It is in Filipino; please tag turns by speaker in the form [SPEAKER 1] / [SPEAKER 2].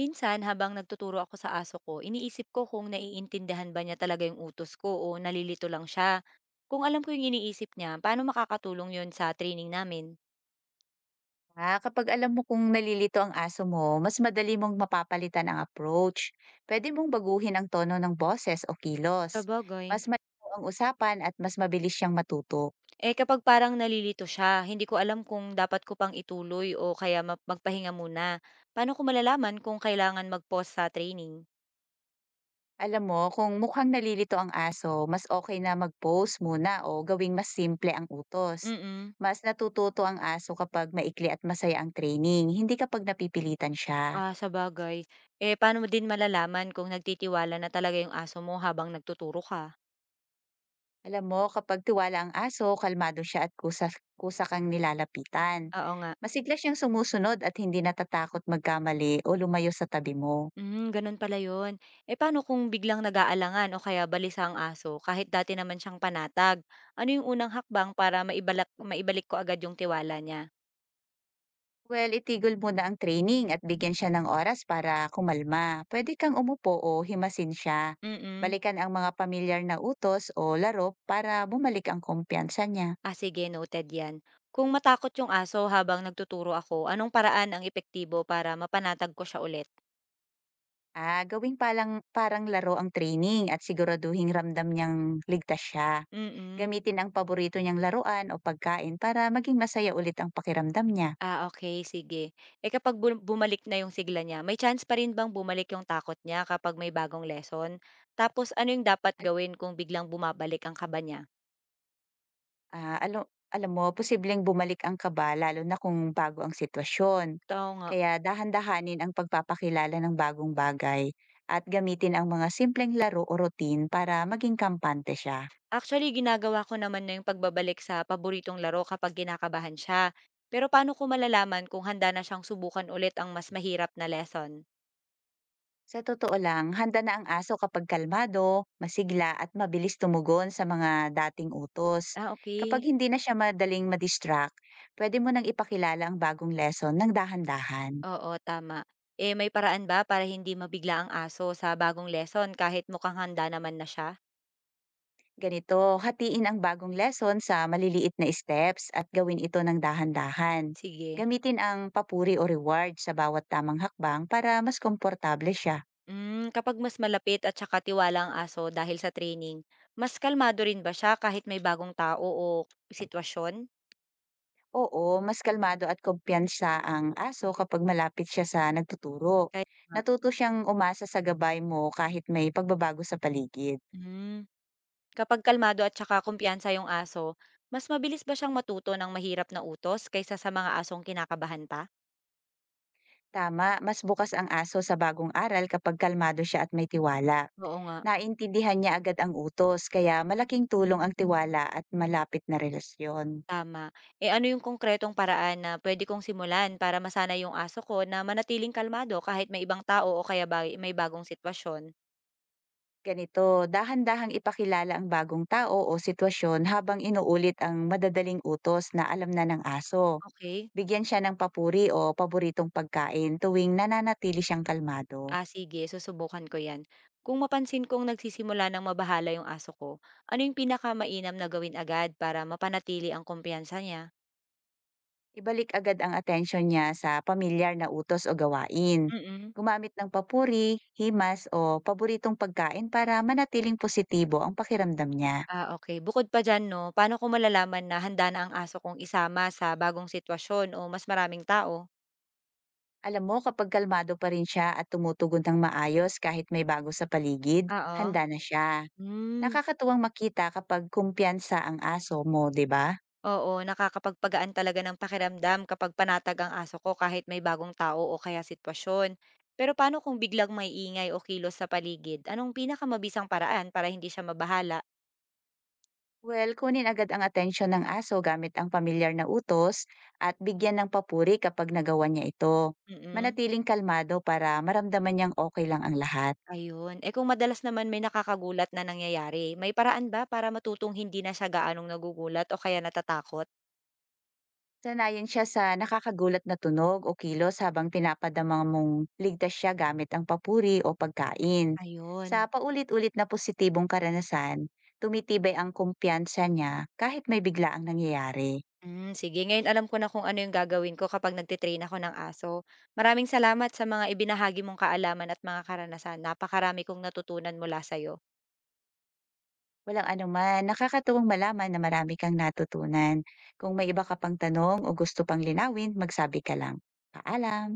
[SPEAKER 1] Minsan, habang nagtuturo ako sa aso ko, iniisip ko kung naiintindihan ba niya talaga yung utos ko o nalilito lang siya. Kung alam ko yung iniisip niya, paano makakatulong yun sa training namin?
[SPEAKER 2] Ah, kapag alam mo kung nalilito ang aso mo, mas madali mong mapapalitan ang approach. Pwede mong baguhin ang tono ng boses o kilos.
[SPEAKER 1] Sabagay.
[SPEAKER 2] Mas malinaw ang usapan at mas mabilis siyang matuto.
[SPEAKER 1] Eh kapag parang nalilito siya, hindi ko alam kung dapat ko pang ituloy o kaya magpahinga muna. Paano ko malalaman kung kailangan mag-pause sa training?
[SPEAKER 2] Alam mo, kung mukhang nalilito ang aso, mas okay na mag-pose muna o gawing mas simple ang utos.
[SPEAKER 1] Mm-mm.
[SPEAKER 2] Mas natututo ang aso kapag maikli at masaya ang training, hindi kapag napipilitan siya.
[SPEAKER 1] Ah, sabagay. Eh paano mo din malalaman kung nagtitiwala na talaga yung aso mo habang nagtuturo ka?
[SPEAKER 2] Alam mo, kapag tiwala ang aso, kalmado siya at kusa kang nilalapitan.
[SPEAKER 1] Oo nga.
[SPEAKER 2] Masigla siyang sumusunod at hindi natatakot magkamali o lumayo sa tabi mo.
[SPEAKER 1] Hmm, gano'n pala 'yun. Eh, paano kung biglang nag-aalangan o kaya balisa ang aso kahit dati naman siyang panatag? Ano yung unang hakbang para maibalik ko agad yung tiwala niya?
[SPEAKER 2] Well, itigol mo na ang training at bigyan siya ng oras para kumalma. Pwede kang umupo o himasin siya.
[SPEAKER 1] Mm.
[SPEAKER 2] Balikan ang mga pamilyar na utos o laro para bumalik ang kumpiyansa niya.
[SPEAKER 1] Ah, sige, noted 'yan. Kung matakot yung aso habang nagtuturo ako, anong paraan ang epektibo para mapanatag ko siya ulit?
[SPEAKER 2] Ah, gawing palang, parang laro ang training at siguraduhing ramdam niyang ligtas siya.
[SPEAKER 1] Mm.
[SPEAKER 2] Gamitin ang paborito niyang laruan o pagkain para maging masaya ulit ang pakiramdam niya.
[SPEAKER 1] Ah, okay, sige. Eh, kapag bumalik na yung sigla niya, may chance pa rin bang bumalik yung takot niya kapag may bagong lesson? Tapos ano yung dapat gawin kung biglang bumabalik ang kaba niya?
[SPEAKER 2] Alam mo, posibleng bumalik ang kaba lalo na kung bago ang sitwasyon.
[SPEAKER 1] Oo nga.
[SPEAKER 2] Kaya dahan-dahanin ang pagpapakilala ng bagong bagay at gamitin ang mga simpleng laro o routine para maging kampante siya.
[SPEAKER 1] Actually, ginagawa ko naman na yung pagbabalik sa paboritong laro kapag ginakabahan siya. Pero paano ko malalaman kung handa na siyang subukan ulit ang mas mahirap na lesson?
[SPEAKER 2] Sa totoo lang, handa na ang aso kapag kalmado, masigla at mabilis tumugon sa mga dating utos.
[SPEAKER 1] Ah,
[SPEAKER 2] Kapag
[SPEAKER 1] okay.
[SPEAKER 2] hindi na siya madaling madistract, pwede mo nang ipakilala ang bagong lesson ng dahan-dahan.
[SPEAKER 1] Oo, tama. Eh, may paraan ba para hindi mabigla ang aso sa bagong lesson kahit mukhang handa naman na siya?
[SPEAKER 2] Ganito, hatiin ang bagong lesson sa maliliit na steps at gawin ito ng dahan-dahan.
[SPEAKER 1] Sige.
[SPEAKER 2] Gamitin ang papuri o reward sa bawat tamang hakbang para mas komportable siya.
[SPEAKER 1] Mm, kapag mas malapit at saka tiwala ang aso dahil sa training, mas kalmado rin ba siya kahit may bagong tao o sitwasyon?
[SPEAKER 2] Oo, mas kalmado at kumpiyansa ang aso kapag malapit siya sa nagtuturo.
[SPEAKER 1] Kaya, nga.
[SPEAKER 2] Natuto siyang umasa sa gabay mo kahit may pagbabago sa paligid.
[SPEAKER 1] Mm. Kapag kalmado at saka kumpiyansa yung aso, mas mabilis ba siyang matuto ng mahirap na utos kaysa sa mga asong kinakabahan pa?
[SPEAKER 2] Tama, mas bukas ang aso sa bagong aral kapag kalmado siya at may tiwala.
[SPEAKER 1] Oo nga,
[SPEAKER 2] Naintindihan niya agad ang utos, kaya malaking tulong ang tiwala at malapit na relasyon.
[SPEAKER 1] tama. Eh ano yung konkretong paraan na pwede kong simulan para masana yung aso ko na manatiling kalmado kahit may ibang tao o may bagong sitwasyon?
[SPEAKER 2] Ganito, dahan-dahang ipakilala ang bagong tao o sitwasyon habang inuulit ang madadaling utos na alam na ng aso.
[SPEAKER 1] Okay.
[SPEAKER 2] Bigyan siya ng papuri o paboritong pagkain tuwing nananatili siyang kalmado.
[SPEAKER 1] Ah, sige, susubukan ko yan. Kung mapansin kong nagsisimula ng mabahala yung aso ko, ano yung pinakamainam na gawin agad para mapanatili ang kumpiyansa niya?
[SPEAKER 2] Ibalik agad ang atensyon niya sa pamilyar na utos o gawain.
[SPEAKER 1] Mm.
[SPEAKER 2] Gumamit ng papuri, himas o paboritong pagkain para manatiling positibo ang pakiramdam niya.
[SPEAKER 1] Ah, okay. Bukod pa diyan 'no, paano ko malalaman na handa na ang aso kong isama sa bagong sitwasyon o mas maraming tao?
[SPEAKER 2] Alam mo, kapag kalmado pa rin siya at tumutugon ng maayos kahit may bago sa paligid,
[SPEAKER 1] Ah. Oo.
[SPEAKER 2] handa na siya.
[SPEAKER 1] Hmm,
[SPEAKER 2] Nakakatuwang makita kapag kumpiyansa ang aso mo, di ba?
[SPEAKER 1] oo, nakakapagpagaan talaga ng pakiramdam kapag panatag ang aso ko kahit may bagong tao o kaya sitwasyon. Pero paano kung biglang may ingay o kilos sa paligid? Anong pinakamabisang paraan para hindi siya mabahala?
[SPEAKER 2] Well, kunin agad ang atensyon ng aso gamit ang pamilyar na utos at bigyan ng papuri kapag nagawa niya ito.
[SPEAKER 1] Mm,
[SPEAKER 2] Manatiling kalmado para maramdaman niyang okay lang ang lahat.
[SPEAKER 1] ayun. Eh, kung madalas naman may nakakagulat na nangyayari, may paraan ba para matutong hindi na siya gaanong nagugulat o kaya natatakot?
[SPEAKER 2] Sanayin siya sa nakakagulat na tunog o kilos habang pinapadama mong ligtas siya gamit ang papuri o pagkain. Sa
[SPEAKER 1] Ayun.
[SPEAKER 2] paulit-ulit na positibong karanasan, tumitibay ang kumpiyansa niya kahit may bigla ang nangyayari.
[SPEAKER 1] Hmm, sige, ngayon alam ko na kung ano yung gagawin ko kapag nagte-train ako ng aso. Maraming salamat sa mga ibinahagi mong kaalaman at mga karanasan. Napakarami kong natutunan mula sa'yo.
[SPEAKER 2] Walang anuman, nakakatuwang malaman na marami kang natutunan. Kung may iba ka pang tanong o gusto pang linawin, magsabi ka lang. Paalam!